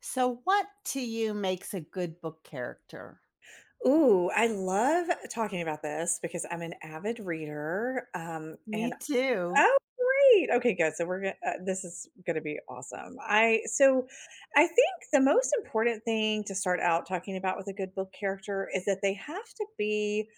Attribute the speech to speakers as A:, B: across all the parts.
A: So what to you makes a good book character?
B: Ooh, I love talking about this because I'm an avid reader, and
A: Me too.
B: oh, great. Okay, good. So we're gonna this is gonna be awesome. I think the most important thing to start out talking about with a good book character is that they have to be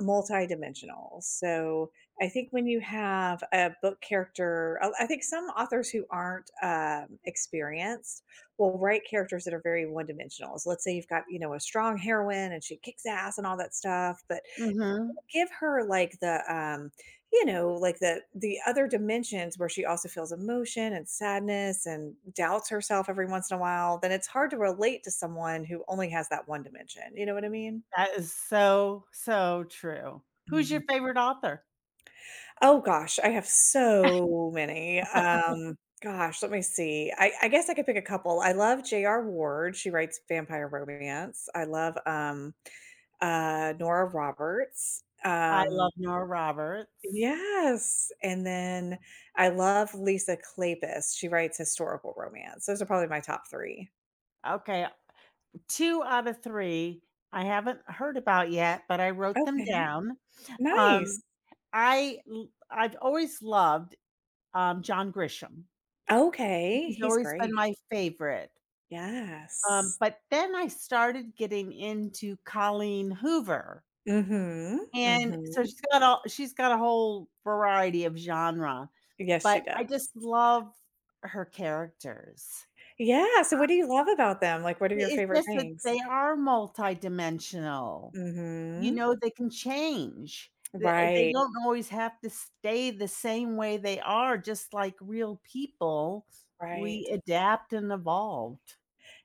B: multidimensional. So I think when you have a book character, I think some authors who aren't experienced will write characters that are very one dimensional. So let's say you've got, you know, a strong heroine and she kicks ass and all that stuff, but
A: Mhm.
B: give her like you know, like the other dimensions where she also feels emotion and sadness and doubts herself every once in a while, then it's hard to relate to someone who only has that one dimension. You know what I mean?
A: That is so, so true. Who's
B: Mhm.
A: your favorite author?
B: Oh gosh, I have so many. Gosh, let me see. I guess I could pick a couple. I love J.R. Ward. She writes vampire romance. I love Nora Roberts.
A: I love Nora Roberts.
B: Yes, and then I love Lisa Kleypas, she writes historical romance, those are probably my top 3.
A: Okay, 2 out of 3 I haven't heard about yet, but I wrote them
B: Okay,
A: down.
B: nice.
A: Um, I've always loved, John Grisham.
B: Okay,
A: He's
B: he's
A: always been my
B: great.
A: favorite.
B: Yes.
A: But then I started getting into Colleen Hoover,
B: Mhm,
A: and so
B: mhm.
A: she's got a whole variety of genre,
B: Yes, she
A: but
B: does.
A: I just love her characters.
B: Yeah, so what do you love about them? Like, what are your
A: It
B: favorite
A: it's just that
B: things?
A: they are multidimensional, you
B: Mhm.
A: know, they can change. They
B: Right,
A: don't always have to stay the same way they are, just like real people, we
B: right.
A: adapt and evolve.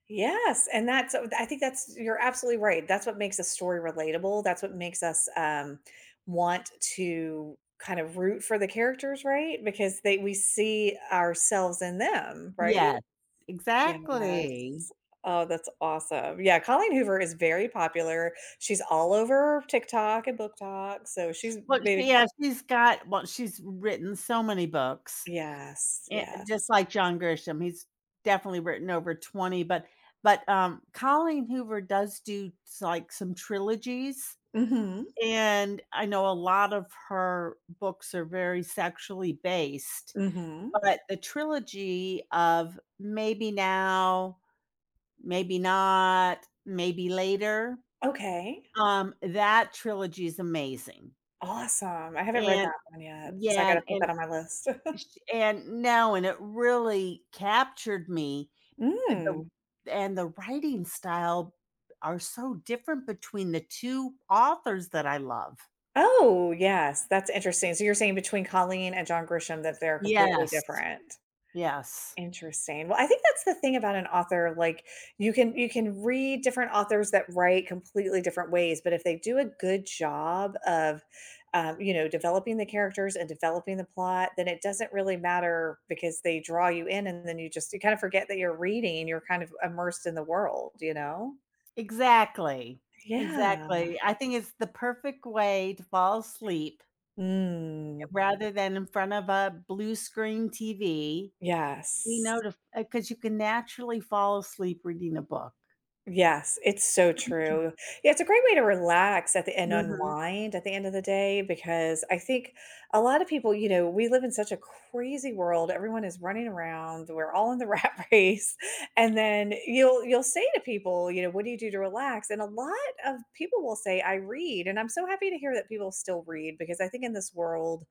B: Yes, and that's so, I think that's you're absolutely right. That's what makes a story relatable. That's what makes us want to kind of root for the characters, right? Because they we see ourselves in them, right?
A: Yes,
B: Yes.
A: exactly.
B: Oh, that's awesome. Yeah, Colleen Hoover is very popular. She's all over TikTok and Book Talk, so she's
A: But,
B: made
A: she,
B: a
A: yeah, she's written so many books.
B: yes,
A: Just
B: yes.
A: like John Grisham, he's definitely written over 20, but Colleen Hoover does do s like, some trilogies,
B: Mhm,
A: and I know a lot of her books are very sexually based,
B: mhm.
A: but the trilogy of Maybe Now, Maybe Not, Maybe Later,
B: Okay,
A: that trilogy is amazing,
B: awesome. I haven't read
A: and
B: that one yet, so I
A: Yeah,
B: gotta
A: and
B: put that
A: and
B: on my list.
A: it really captured me. The
B: Mm.
A: the writing style are so different between the 2 authors that I love.
B: Oh, yes, that's interesting. So you're saying between Colleen and John Grisham that they're completely
A: Yes,
B: different.
A: yes.
B: Interesting. Well, I think that's the thing about an author, like you can read different authors that write completely different ways, but if they do a good job of you know, developing the characters and developing the plot, then it doesn't really matter because they draw you in and then you kind of forget that you're reading, you're kind of immersed in the world, you know?
A: Exactly,
B: Yeah.
A: exactly. I think it's the perfect way to fall asleep
B: Mm.
A: rather than in front of a blue screen TV, you know,
B: Yes.
A: to 'cause you can naturally fall asleep reading a book.
B: Yes, it's so true. Yeah, it's a great way to relax at the and
A: Mhm.
B: unwind at the end of the day because I think a lot of people, you know, we live in such a crazy world. Everyone is running around. We're all in the rat race. And then you'll say to people, you know, what do you do to relax? And a lot of people will say, I read. And I'm so happy to hear that people still read because I think in this world,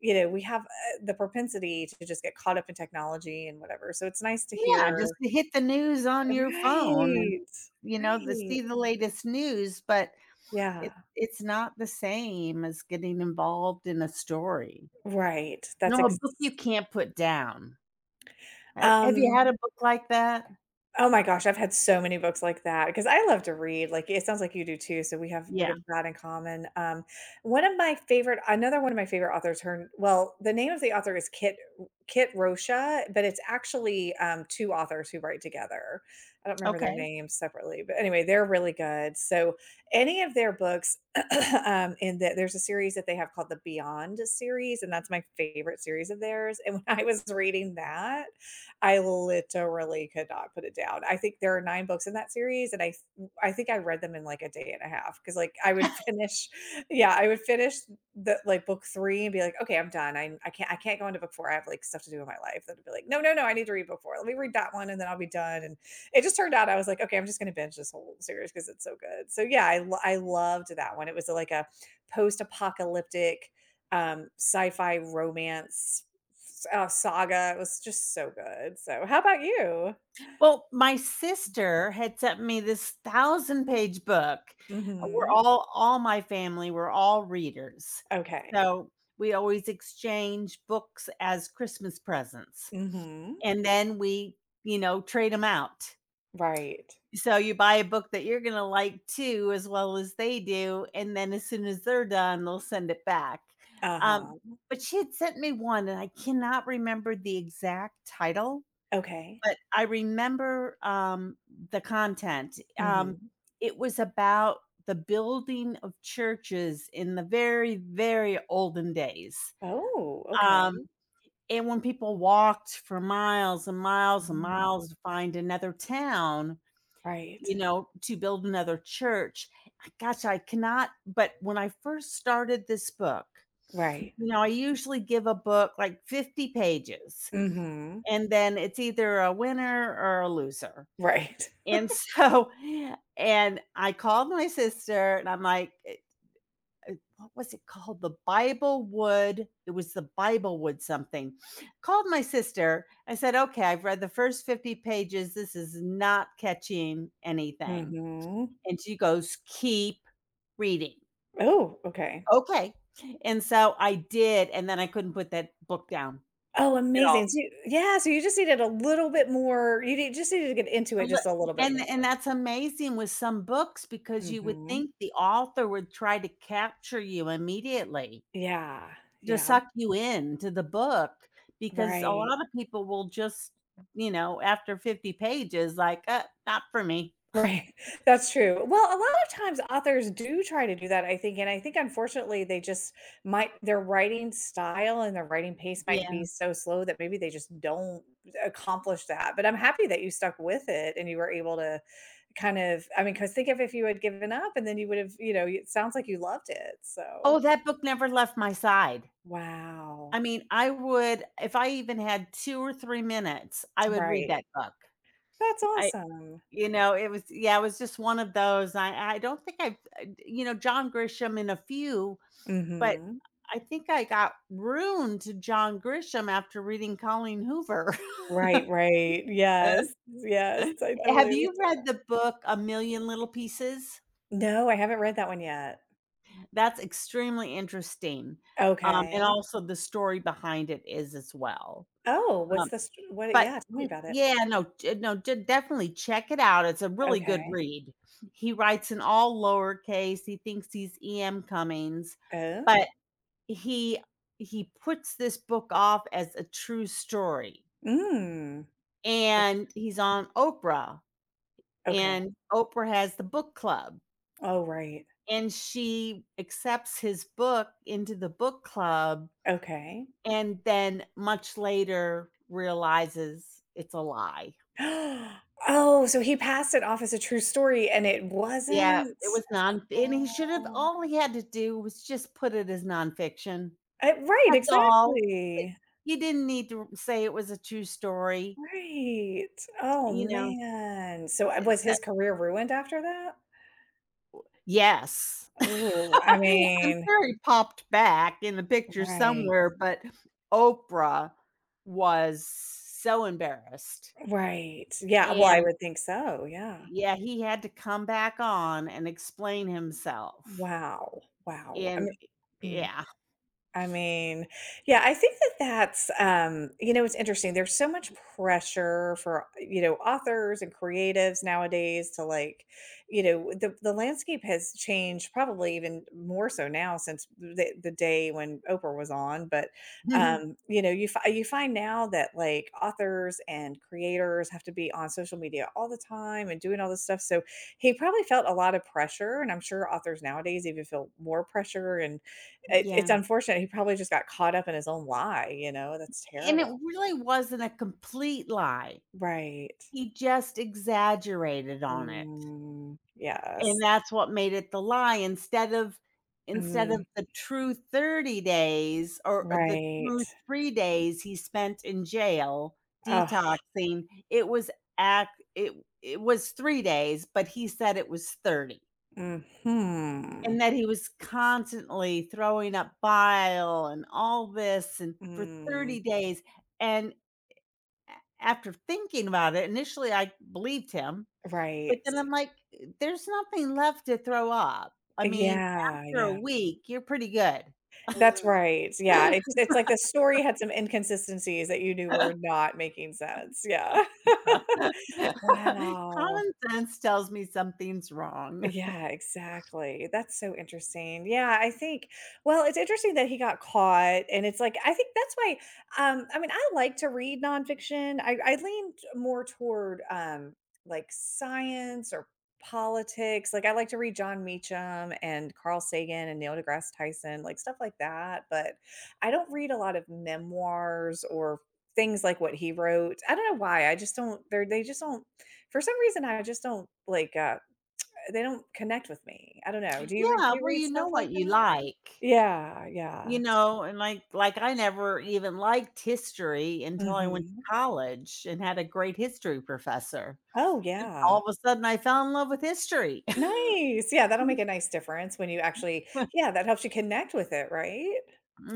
B: you know, we have the propensity to just get caught up in technology and whatever. So it's nice to
A: Yeah,
B: hear.
A: just to hit the news on your phone and,
B: Right.
A: you know, to
B: Right.
A: see the latest news, but It
B: Yeah,
A: it's not the same as getting involved in a story.
B: right, that's
A: No, a
B: ex
A: book you can't put down. Ha Have you
B: um,
A: had a book like that?
B: oh my gosh, I've had so many books like that because I love to read, like, it sounds like you do too, so we have we
A: Yeah,
B: have that in common, one of my favorite another one of my favorite authors, her well, the name of the author is Kit Rocha, but it's actually, 2 authors who write together. I don't remember their
A: okay.
B: names separately, but anyway, they're really good, so any of their books, and there's a series that they have called the Beyond series, and that's my favorite series of theirs, and when I was reading that, I literally could not put it down. I think there are 9 books in that series, and I think I read them in, like, a day and a half 'cause, like, I would finish yeah, I would finish the like, book 3 and be like, "Okay, I'm done. I can't I can't go into book 4. I have, like, stuff to do in my life." Then I'd be like, "No, no, no. I need to read book 4. Let me read that one, and then I'll be done," and it just turned out I was like, "Okay, I'm just gonna binge this whole series because it's so good." So, yeah, I loved that one. It was, like, a post-apocalyptic, sci-fi romance S saga, it was just so good. So, how about you?
A: Well, my sister had sent me this thousand-page book. We're
B: Mhm.
A: all all my family, we're all readers.
B: Okay.
A: So, we always exchange books as Christmas presents,
B: Mhm.
A: and then we, you know, trade them out.
B: Right.
A: So you buy a book that you're gonna like too as well as they do, and then as soon as they're done, they'll send it back.
B: Uh-huh.
A: Um, but she had sent me one, and I cannot remember the exact title,
B: Okay.
A: but I remember, the content.
B: Mhm.
A: It was about the building of churches in the very, very olden days.
B: Oh,
A: Um,
B: okay.
A: and when people walked for miles and miles and
B: Mm.
A: miles to find another town,
B: Right.
A: you know, to build another church. Gosh, I cannot but when I first started this book, you
B: Right.
A: know, I usually give a book like 50 pages,
B: Mhm.
A: and then it's either a winner or a loser.
B: Right.
A: And so and I called my sister and I'm like, what was it called? The Bible Wood? It was the Bible Wood something. Called my sister. I said, "Okay, I've read the first 50 pages. This is not catching anything."
B: Mhm.
A: And she goes, "Keep reading."
B: Oh, okay.
A: Okay. And so I did, and then I couldn't put that book down
B: Oh,
A: at all.
B: amazing. So you yeah, so you just needed a little bit more you need just needed to get into
A: A
B: it
A: lit
B: just a little bit more.
A: and That's amazing with some books because you would
B: Mhm.
A: think the author would try to capture you immediately,
B: Yeah.
A: to
B: Yeah.
A: suck you in to the book, because a
B: Right.
A: lot of people will just, you know, after 50 pages, like, not for me."
B: Right. That's true. Well, a lot of times authors do try to do that, I think, and I think unfortunately they just might their writing style and their writing pace might
A: Yeah.
B: be so slow that maybe they just don't accomplish that. But I'm happy that you stuck with it and you were able to kind of I mean, because think of if you had given up and then you would have, you know, it sounds like you loved it.
A: Oh,
B: So,
A: that book never left my side.
B: wow.
A: I mean, I would if I even had 2 or 3 minutes, I would read
B: Right.
A: that book.
B: That's
A: I
B: awesome.
A: You know, it was yeah, it was just one of those. I don't think I've you know, John Grisham in a few, but
B: Mhm.
A: I think I got ruined to John Grisham after reading Colleen Hoover.
B: Right, right. Yes. Yes. I
A: Have
B: totally
A: you
B: understand
A: read
B: that.
A: the book A Million Little Pieces?
B: No, I haven't read that one yet.
A: That's extremely interesting, and
B: Okay.
A: also the story behind it is as well.
B: Oh, what's
A: Um
B: this what
A: But
B: yeah, tell me
A: y
B: about it.
A: Yeah, no, d definitely check it out, it's a really good
B: Okay.
A: read. He writes in all lowercase, he thinks he's E.M. Cummings,
B: Oh.
A: but he he puts this book off as a true story,
B: Mm. O
A: and he's on Oprah,
B: okay.
A: and Oprah has the book club,
B: Oh, right.
A: and she accepts his book into the book club,
B: Okay.
A: and then much later realizes it's a lie.
B: Oh, so he passed it off as a true story, and it
A: Yeah,
B: wasn't?
A: it was non and he should have
B: Oh.
A: all he had to do was just put it as nonfiction.
B: Right,
A: That's all. It
B: exactly.
A: He didn't need to say it was a true story,
B: Right. Oh,
A: you know,
B: man. So,
A: it's
B: was his
A: that.
B: career ruined after that?
A: Yes.
B: Oh, I
A: I'm
B: mean
A: sure he popped back in the picture
B: right.
A: somewhere, but Oprah was so embarrassed,
B: Right. Yeah, well, I
A: and
B: would think so, yeah.
A: yeah, he had to come back on and explain himself,
B: Wow, wow.
A: and, eh yeah.
B: I mean, yeah, I think that that's, you know, it's interesting. There's so much pressure for, you know, authors and creatives nowadays to like, you know, the landscape has changed probably even more so now since the day when Oprah was on. But, you know, you, fi- you find now that like authors and creators have to be on social media all the time and doing all this stuff. So he probably felt a lot of pressure. And I'm sure authors nowadays even feel more pressure and it's
A: Yeah.
B: unfortunate, he probably just got caught up in his own lie, you know, that's
A: And it
B: terrible.
A: really wasn't a complete lie.
B: Right.
A: He just exaggerated on it,
B: Mm,
A: and
B: yes.
A: that's what made it the lie instead of
B: Mm,
A: the true 30 days or the
B: right.
A: true 3 days he spent in jail
B: Oh.
A: detoxing, it was act it it was 3 days, but he said it was 30,
B: Mhm.
A: and that he was constantly throwing up bile and all this and for
B: Mm,
A: 30 days, and A after thinking about it, initially, I believed him, but
B: right.
A: then I'm like, "There's nothing left to throw up." I mean,
B: Yeah,
A: after a
B: yeah.
A: week, you're pretty good.
B: That's right, yeah, it's like the story had some inconsistencies that you knew were not making sense, yeah. Wow.
A: Common sense tells me something's wrong.
B: Yeah, exactly. That's so interesting. Yeah, I think well, it's interesting that he got caught and it's like I think that's why I mean, I like to read nonfiction. I leaned more toward like science or politics. Like I like to read John Meacham and Carl Sagan and Neil deGrasse Tyson, like stuff like that, but I don't read a lot of memoirs or things like what he wrote. I don't know why. I just don't they just don't for some reason I just don't like they don't connect with me. I don't know. Do you read do
A: Yeah,
B: you
A: well,
B: read
A: you
B: stuff
A: know
B: like
A: what you
B: that?
A: like,
B: Yeah, yeah.
A: you know, and, like, I never even liked history until I went
B: Mhm.
A: to college and had a great history professor,
B: Oh,
A: and
B: yeah.
A: all of a sudden, I fell in love with history.
B: Nice. Yeah, that'll make a nice difference when you actually yeah, that helps you connect with it, right?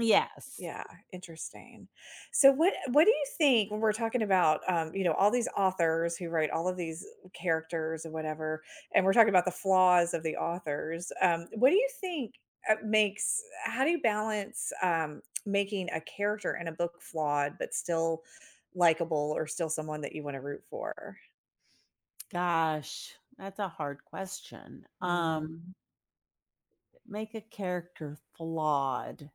A: Yes.
B: Yeah, interesting. So what do you think when we're talking about you know, all these authors who write all of these characters and whatever, and we're talking about the flaws of the authors, what do you think makes how do you balance making a character in a book flawed but still likable or still someone that you want to root for?
A: Gosh, that's a hard question. Mm.
B: Mhm.
A: Make a character flawed.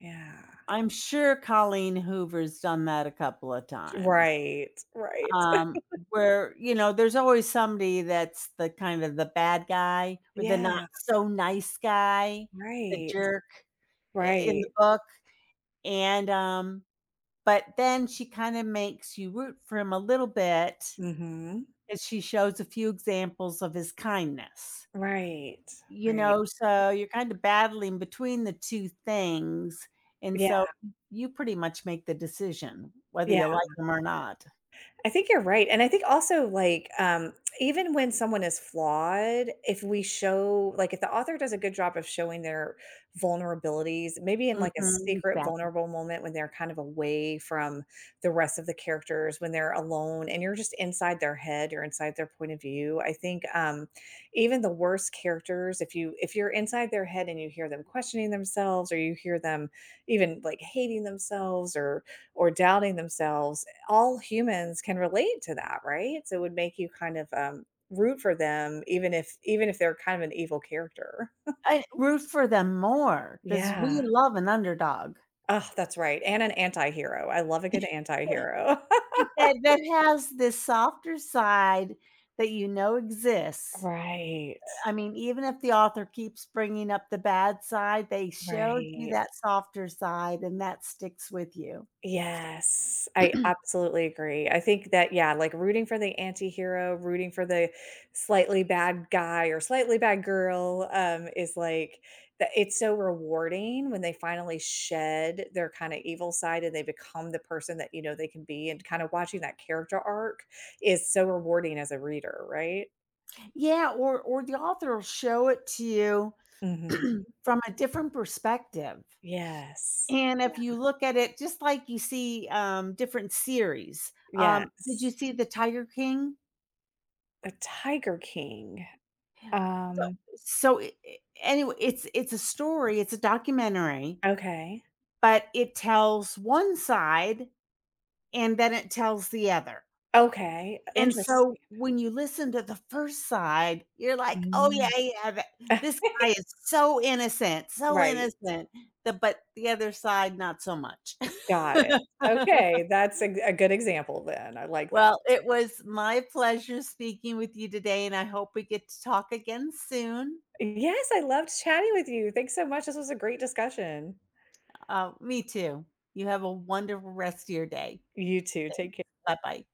B: Yeah.
A: I'm sure Colleen Hoover's done that a couple of times.
B: Right. Right.
A: Um, where, you know, there's always somebody that's the kind of the bad guy or the not
B: Yeah,
A: so nice guy, the
B: right.
A: jerk in the
B: Right.
A: book. And but then she kind of makes you root for him a little bit
B: Mhm.
A: as she shows a few examples of his kindness.
B: Right.
A: You
B: Right.
A: know, so you're kind of battling between the 2 things, and
B: Yeah.
A: so you pretty much make the decision whether
B: Yeah,
A: you like them or not.
B: I think you're right, and I think also, like, even when someone is flawed, if we show like, if the author does a good job of showing their vulnerabilities, maybe in, like, a
A: Mhm,
B: secret
A: exactly.
B: vulnerable moment when they're kind of away from the rest of the characters, when they're alone and you're just inside their head or inside their point of view, I think, even the worst characters, if you if you're inside their head and you hear them questioning themselves or you hear them even, like, hating themselves or doubting themselves all humans can relate to that, right? So it would make you kind of, root for them even if they're kind of an evil character.
A: I root for them more because we
B: Yeah.
A: love an underdog
B: Oh, that's right, and an antihero. I love a good antihero.
A: that has this softer side that you know exists.
B: Right,
A: I mean, even if the author keeps bringing up the bad side, they showed you
B: right.
A: that softer side, and that sticks with you.
B: Yes, I absolutely agree. I think that, yeah, like rooting for the anti-hero, rooting for the slightly bad guy or slightly bad girl, is like that it's so rewarding when they finally shed their kind of evil side and they become the person that you know they can be. And kind of watching that character arc is so rewarding as a reader, right?
A: Yeah, or the author will show it to you
B: Mhm.
A: from a different perspective,
B: Yes.
A: and if you
B: Yeah.
A: look at it just like you see, different series, did you
B: Yes.
A: see The Tiger King?
B: A Tiger King.
A: So
B: Um,
A: so I anyway, it's a story, it's a documentary,
B: okay.
A: but it tells one side and then it tells the other,
B: Okay.
A: and so
B: Interesting.
A: when you listen to the first side, you're like, "Oh, yeah,
B: Mhm.
A: yeah, that this guy is so
B: Right,
A: innocent," the but the other side, not so much.
B: got it. Okay, that's a good example then, I like that.
A: Well, it was my pleasure speaking with you today, and I hope we get to talk again soon.
B: Yes, I loved chatting with you. Thanks so much, this was a great discussion.
A: Me too. You have a wonderful rest of your day.
B: You too,
A: Thanks.
B: take care.
A: Bye bye.